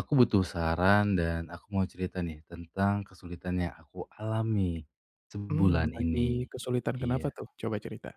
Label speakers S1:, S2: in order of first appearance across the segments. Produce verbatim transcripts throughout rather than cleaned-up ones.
S1: Aku butuh saran dan aku mau cerita nih tentang kesulitan yang aku alami
S2: Mmm,
S1: sebulan
S2: lagi
S1: ini.
S2: kesulitan kenapa
S1: Iya,
S2: tuh? Coba cerita.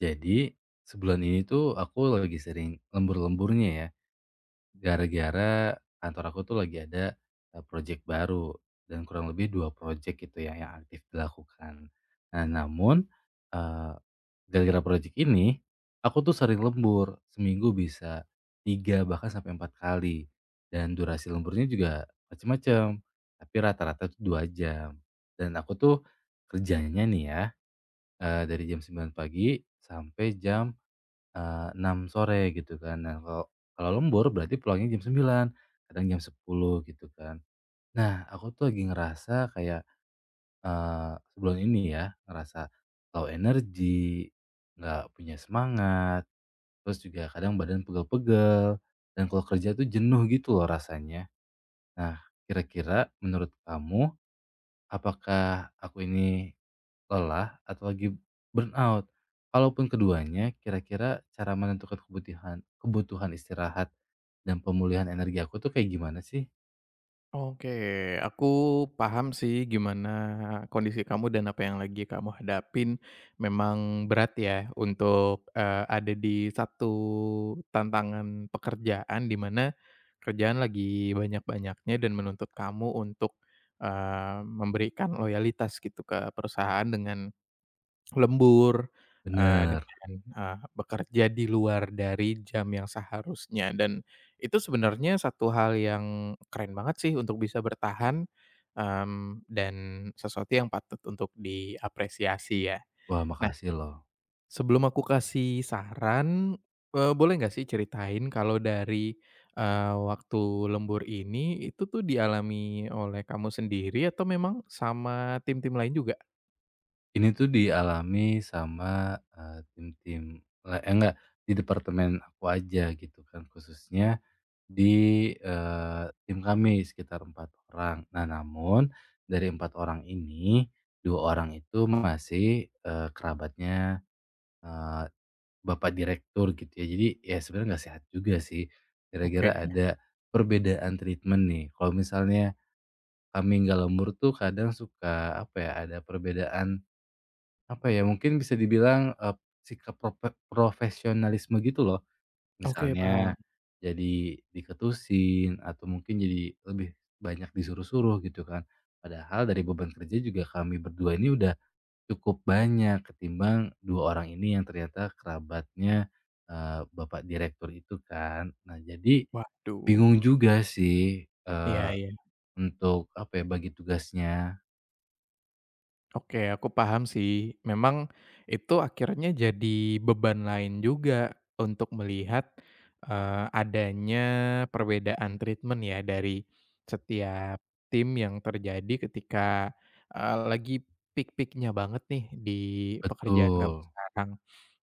S1: jadi sebulan ini tuh aku lagi sering lembur-lemburnya ya. Gara-gara kantor aku tuh lagi ada, eee, project baru dan kurang lebih dua project gitu ya yang aktif dilakukan. Nah namun, eee, gara-gara project ini, aku tuh sering lembur, seminggu bisa tiga bahkan sampai empat kali dan durasi lemburnya juga macam-macam. Tapi rata-rata tuh dua jam dan aku tuh kerjanya nih ya, eee, dari jam sembilan pagi sampai jam Eee, enam sore gitu kan. Nah, kalau kalau lembur berarti pulangnya jam sembilan, kadang jam sepuluh gitu kan. Nah, aku tuh lagi ngerasa kayak, eee, sebulan ini ya, ngerasa low energy, nggak punya semangat, terus juga kadang badan pegel-pegel, dan kalau kerja tuh jenuh gitu loh rasanya. Nah, kira-kira menurut kamu, apakah aku ini lelah atau lagi burnout? Kalaupun keduanya, kira-kira cara menentukan kebutuhan kebutuhan istirahat dan pemulihan energi aku tuh kayak gimana sih?
S2: Oke, aku paham sih gimana kondisi kamu dan apa yang lagi kamu hadapin. Memang berat ya untuk, eee, ada di satu tantangan pekerjaan di mana kerjaan lagi banyak-banyaknya dan menuntut kamu untuk, eee, memberikan loyalitas gitu ke perusahaan dengan Lembur, eee,
S1: Bener.
S2: dengan, eee, bekerja di luar dari jam yang seharusnya dan itu sebenarnya satu hal yang keren banget sih untuk bisa bertahan, mmm, dan sesuatu yang patut untuk diapresiasi ya.
S1: Wah,
S2: Nah,
S1: makasih loh.
S2: sebelum aku kasih saran, eee, boleh nggak sih ceritain kalau dari, eee, waktu lembur ini itu tuh dialami oleh kamu sendiri atau memang sama tim-tim lain juga?
S1: Ini tuh dialami sama, eee, tim-tim le eh, enggak, di departemen aku aja gitu kan, khususnya di, eee, tim kami sekitar empat orang. Nah, namun dari empat orang ini, dua orang itu masih, eee, kerabatnya Bapak direktur gitu ya. Jadi ya sebenarnya nggak sehat juga sih, gara-gara
S2: Oke,
S1: ada perbedaan treatment nih. Kalau misalnya kami nggak lembur tuh kadang suka apa ya, ada perbedaan apa ya, mungkin bisa dibilang, eee, sikap prope profesionalisme gitu loh.
S2: oke, paham.
S1: Misalnya jadi diketusin atau mungkin jadi lebih banyak disuruh-suruh gitu kan. Padahal dari beban kerja juga kami berdua ini udah cukup banyak ketimbang dua orang ini yang ternyata kerabatnya, eee, bapak direktur itu kan. Nah jadi
S2: Waduh.
S1: bingung juga sih,
S2: Iya,
S1: eee,
S2: iya.
S1: untuk apa ya, bagi tugasnya.
S2: Oke, aku paham sih. Memang itu akhirnya jadi beban lain juga untuk melihat, eee, adanya perbedaan treatment ya dari setiap tim yang terjadi ketika, eee, lagi peak peak banget nih di pekerjaan kamu
S1: Betul.
S2: sekarang.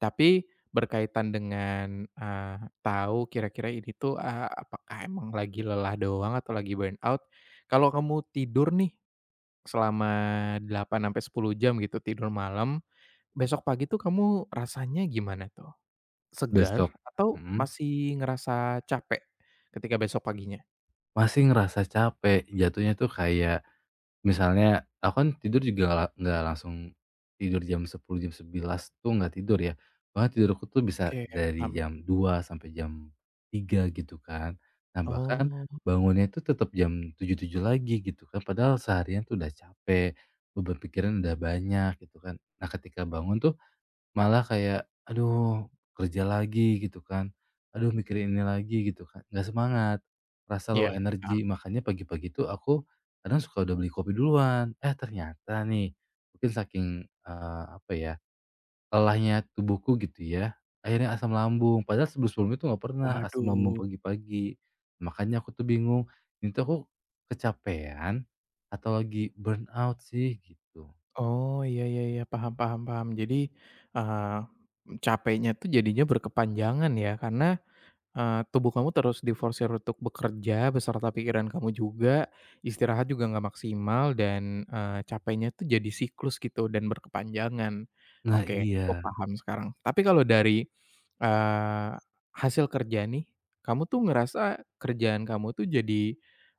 S2: Tapi berkaitan dengan, eee, tahu kira-kira ini tuh, eee, apakah emang lagi lelah doang atau lagi burnout, kalau kamu tidur nih selama delapan sampai sepuluh jam gitu tidur malam, besok pagi tuh kamu rasanya gimana tuh? Segar
S1: Besok,
S2: atau
S1: mhm,
S2: masih ngerasa capek ketika besok paginya?
S1: masih ngerasa capek, jatuhnya tuh kayak misalnya, aku kan tidur juga la nggak langsung tidur jam sepuluh jam sebelas tuh nggak tidur ya. Bahkan tidurku tuh bisa
S2: Oke,
S1: dari
S2: paham.
S1: jam dua sampai jam tiga gitu kan. Nah, bahkan
S2: Oh,
S1: bangunnya itu tetap jam tujuh tujuh lagi gitu kan, padahal seharian tuh udah capek, beban pikiran udah banyak gitu kan. Nah, ketika bangun tuh malah kayak, aduh kerja lagi gitu kan, aduh mikirin ini lagi gitu kan, nggak semangat, rasa low
S2: iya, paham.
S1: energy. Makanya pagi-pagi tuh aku kadang suka udah beli kopi duluan, eh ternyata nih mungkin saking, eee, apa ya, lelahnya tubuhku gitu ya, akhirnya asam lambung. Padahal sebelum-sebelumnya tuh nggak pernah asam lambung
S2: Waduh.
S1: pagi-pagi. Makanya aku tuh bingung, ini tuh aku kecapean atau lagi burnout sih gitu.
S2: Oh, iya, iya, iya, paham, paham, paham. Jadi, eee, capeknya tuh jadinya berkepanjangan ya karena Eee, tubuh kamu terus diforsir untuk bekerja beserta pikiran kamu juga, istirahat juga nggak maksimal dan, eee, capeknya tuh jadi siklus gitu dan berkepanjangan.
S1: Nah
S2: Oke, aku
S1: iya.
S2: paham sekarang. Tapi kalau dari, eee, hasil kerja nih, kamu tuh ngerasa kerjaan kamu tuh jadi,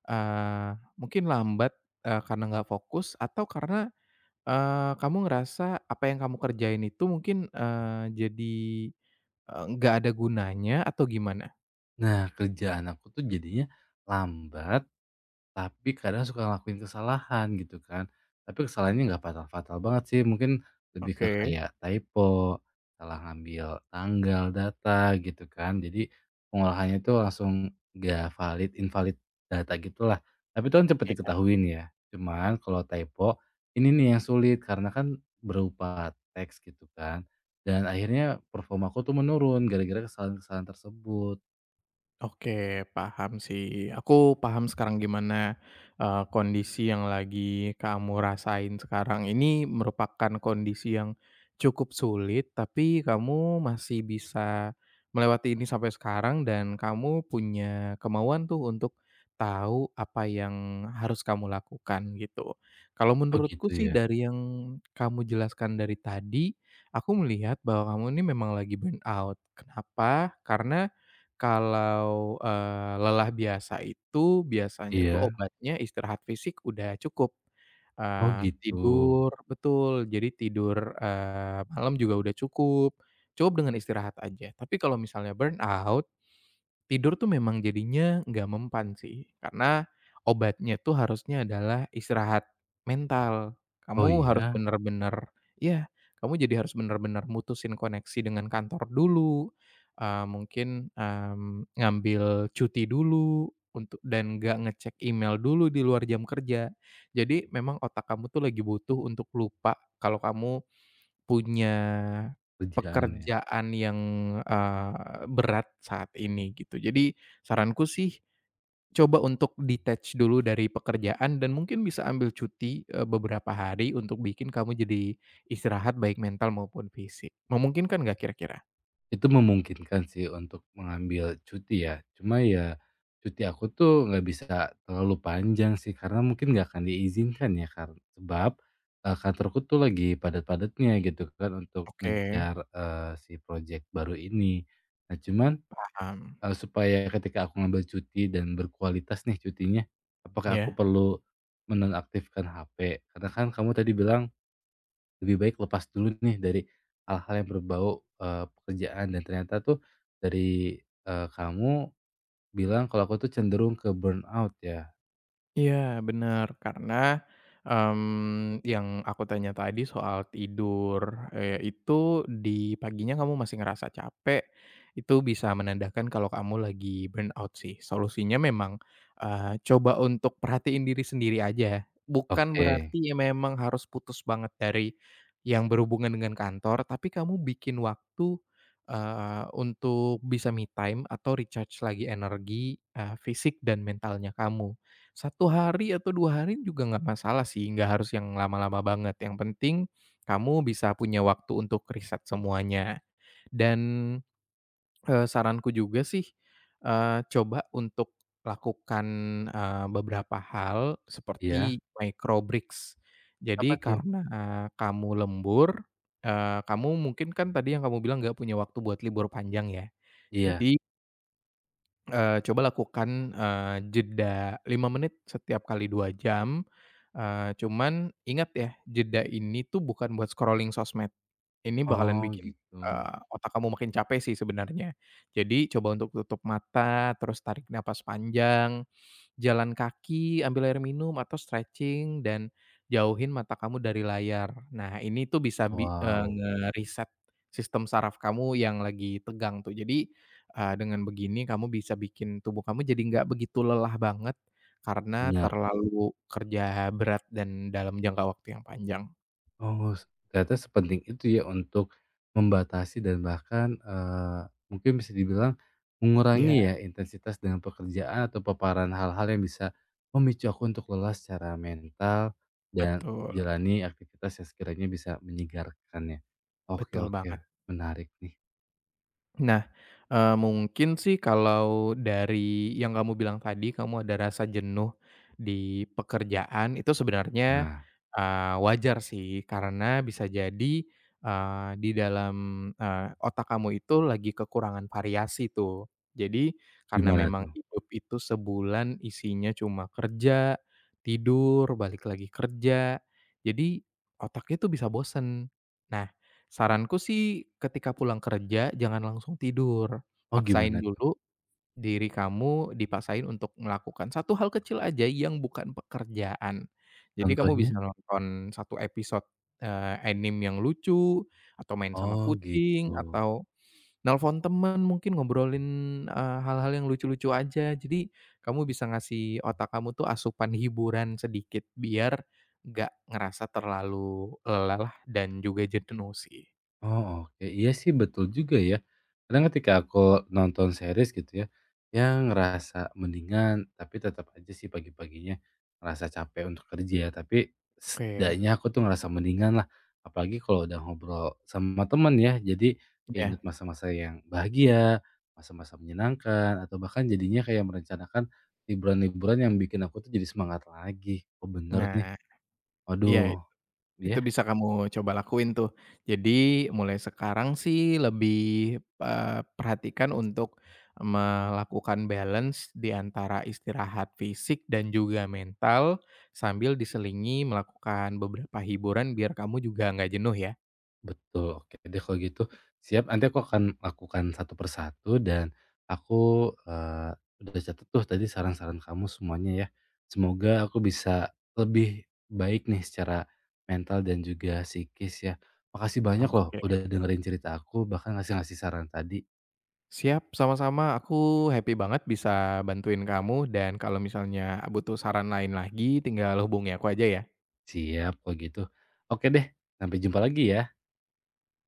S2: eee, mungkin lambat, eee, karena nggak fokus atau karena, eee, kamu ngerasa apa yang kamu kerjain itu mungkin, eee, jadi, eee, nggak ada gunanya atau gimana?
S1: Nah, kerjaan aku tuh jadinya lambat, tapi kadang suka ngelakuin kesalahan gitu kan. Tapi kesalahannya nggak fatal-fatal banget sih, mungkin lebih ke
S2: Oke,
S1: kayak typo, salah ngambil tanggal, data gitu kan. Jadi pengolahannya tuh langsung nggak valid, invalid data gitulah. Tapi itu kan cepet
S2: iya.
S1: diketahuin ya. Cuman kalau typo ini nih yang sulit karena kan berupa teks gitu kan. Dan akhirnya performa aku tuh menurun gara-gara kesalahan-kesalahan tersebut.
S2: Oke, paham sih. Aku paham sekarang gimana, eee, kondisi yang lagi kamu rasain sekarang ini merupakan kondisi yang cukup sulit, tapi kamu masih bisa melewati ini sampai sekarang dan kamu punya kemauan tuh untuk tahu apa yang harus kamu lakukan gitu. Kalau
S1: Oh
S2: menurutku
S1: gitu
S2: sih
S1: ya.
S2: dari yang kamu jelaskan dari tadi, aku melihat bahwa kamu ini memang lagi burn out. Kenapa? Karena Kalau, eee, lelah biasa itu biasanya tuh
S1: Iya?
S2: obatnya istirahat fisik udah cukup,
S1: Oh
S2: eee,
S1: gitu.
S2: tidur betul, jadi tidur, eee, malam juga udah cukup, cukup dengan istirahat aja. Tapi kalau misalnya burnout tidur tuh memang jadinya nggak mempan sih, karena obatnya tuh harusnya adalah istirahat mental.
S1: Oh
S2: Kamu harus
S1: iya,
S2: bener-bener ya kamu jadi harus bener-bener mutusin koneksi dengan kantor dulu, eee, mungkin, mmm, ngambil cuti dulu untuk dan nggak ngecek email dulu di luar jam kerja. Jadi memang otak kamu tuh lagi butuh untuk lupa kalau kamu punya
S1: kerjaan ya?
S2: pekerjaan yang, eee, berat saat ini gitu. Jadi saranku sih coba untuk detach dulu dari pekerjaan dan mungkin bisa ambil cuti, eee, beberapa hari untuk bikin kamu jadi istirahat baik mental maupun fisik. Memungkinkan nggak kira-kira?
S1: Itu memungkinkan sih untuk mengambil cuti ya, cuma ya cuti aku tuh nggak bisa terlalu panjang sih karena mungkin nggak akan diizinkan ya karena sebab, eee, kantorku tuh lagi padat-padatnya gitu kan untuk
S2: Oke.
S1: ngejar, eee, si project baru ini. Nah cuman,
S2: Paham,
S1: eee, supaya ketika aku ngambil cuti dan berkualitas nih cutinya, apakah aku
S2: ya?
S1: perlu menonaktifkan ha pe? Karena kan kamu tadi bilang lebih baik lepas dulu nih dari hal-hal yang berbau, eee, pekerjaan dan ternyata tuh dari, eee, kamu bilang kalau aku tuh cenderung ke burnout ya?
S2: Iya benar karena, mmm, yang aku tanya tadi soal tidur, eee, itu di paginya kamu masih ngerasa capek, itu bisa menandakan kalau kamu lagi burnout sih. Solusinya memang, eee, coba untuk perhatiin diri sendiri aja, bukan
S1: Oke,
S2: berarti ya memang harus putus banget dari yang berhubungan dengan kantor, tapi kamu bikin waktu, eee, untuk bisa me time atau recharge lagi energi, eee, fisik dan mentalnya kamu satu hari atau dua hari juga nggak masalah sih, nggak harus yang lama-lama banget, yang penting kamu bisa punya waktu untuk riset semuanya. Dan, eee, saranku juga sih, eee, coba untuk lakukan, eee, beberapa hal
S1: iya,
S2: seperti micro breaks.
S1: apa
S2: Jadi
S1: tuh?
S2: karena eh, kamu lembur, eee, kamu mungkin kan tadi yang kamu bilang nggak punya waktu buat libur panjang ya,
S1: Iya,
S2: jadi Eee, coba lakukan, eee, jeda lima menit setiap kali dua jam, eee, cuman ingat ya, jeda ini tuh bukan buat scrolling sosmed. Ini bakalan
S1: oh
S2: bikin,
S1: gitu.
S2: eee, otak kamu makin capek sih sebenarnya. Jadi coba untuk tutup mata, terus tarik napas panjang, jalan kaki, ambil air minum, atau stretching, dan jauhin mata kamu dari layar. Nah, ini tuh bisa bi eee,
S1: Wow,
S2: ngereset sistem saraf kamu yang lagi tegang tuh. Jadi, eee, dengan begini kamu bisa bikin tubuh kamu jadi nggak begitu lelah banget karena
S1: bener.
S2: terlalu kerja berat dan dalam jangka waktu yang panjang.
S1: Oh, s- ternyata sepenting itu ya untuk membatasi dan bahkan, eee, mungkin bisa dibilang
S2: Iya,
S1: mengurangi ya intensitas dengan pekerjaan atau paparan hal-hal yang bisa memicu aku untuk lelah secara mental dan
S2: betul,
S1: jalani aktivitas yang sekiranya bisa menyegarkan ya. Oke
S2: betul
S1: oke,
S2: banget.
S1: menarik nih.
S2: Nah, eee, mungkin sih kalau dari yang kamu bilang tadi, kamu ada rasa jenuh di pekerjaan, itu sebenarnya,
S1: Nah,
S2: eee, wajar sih. Karena bisa jadi, eee, di dalam, eee, otak kamu itu lagi kekurangan variasi tuh. Jadi, karena
S1: gimana
S2: memang
S1: tuh?
S2: hidup itu sebulan isinya cuma kerja, tidur, balik lagi kerja, jadi otaknya tuh bisa bosen. Nah, saranku sih ketika pulang kerja jangan langsung tidur,
S1: Oh
S2: paksain
S1: gimana tuh?
S2: dulu diri kamu dipaksain untuk melakukan satu hal kecil aja yang bukan pekerjaan. Jadi kamu
S1: Contohnya?
S2: bisa nonton satu episode, eee, anime yang lucu, atau main sama
S1: Oh
S2: kucing,
S1: gitu.
S2: atau nelpon temen mungkin ngobrolin, eee, hal-hal yang lucu-lucu aja. Jadi kamu bisa ngasih otak kamu tuh asupan hiburan sedikit biar nggak ngerasa terlalu lelah dan juga jenuh sih.
S1: Oh, oke. Iya sih betul juga ya. Kadang ketika aku nonton series gitu ya, yang ngerasa mendingan tapi tetap aja sih pagi-paginya ngerasa capek untuk kerja ya, tapi
S2: Oke,
S1: setidaknya aku tuh ngerasa mendingan lah. Apalagi kalau udah ngobrol sama temen ya, jadi
S2: iya.
S1: keinget masa-masa yang bahagia, masa-masa menyenangkan, atau bahkan jadinya kayak merencanakan liburan-liburan yang bikin aku tuh jadi semangat lagi. Oh bener nih,
S2: Nah, iya,
S1: waduh.
S2: itu
S1: Ya.
S2: bisa kamu coba lakuin tuh. Jadi mulai sekarang sih lebih, eee, perhatikan untuk melakukan balance di antara istirahat fisik dan juga mental, sambil diselingi melakukan beberapa hiburan biar kamu juga nggak jenuh ya.
S1: Betul, oke deh kalau gitu. Siap, nanti aku akan lakukan satu persatu dan aku, eee, udah catat tuh tadi saran-saran kamu semuanya ya. Semoga aku bisa lebih baik nih secara mental dan juga psikis ya. Makasih banyak loh
S2: Oke,
S1: udah dengerin cerita aku, bahkan ngasih-ngasih saran tadi.
S2: siap, sama-sama. Aku happy banget bisa bantuin kamu dan kalau misalnya butuh saran lain lagi tinggal hubungi aku aja ya.
S1: Siap kalau gitu. Oke deh, sampai jumpa lagi ya.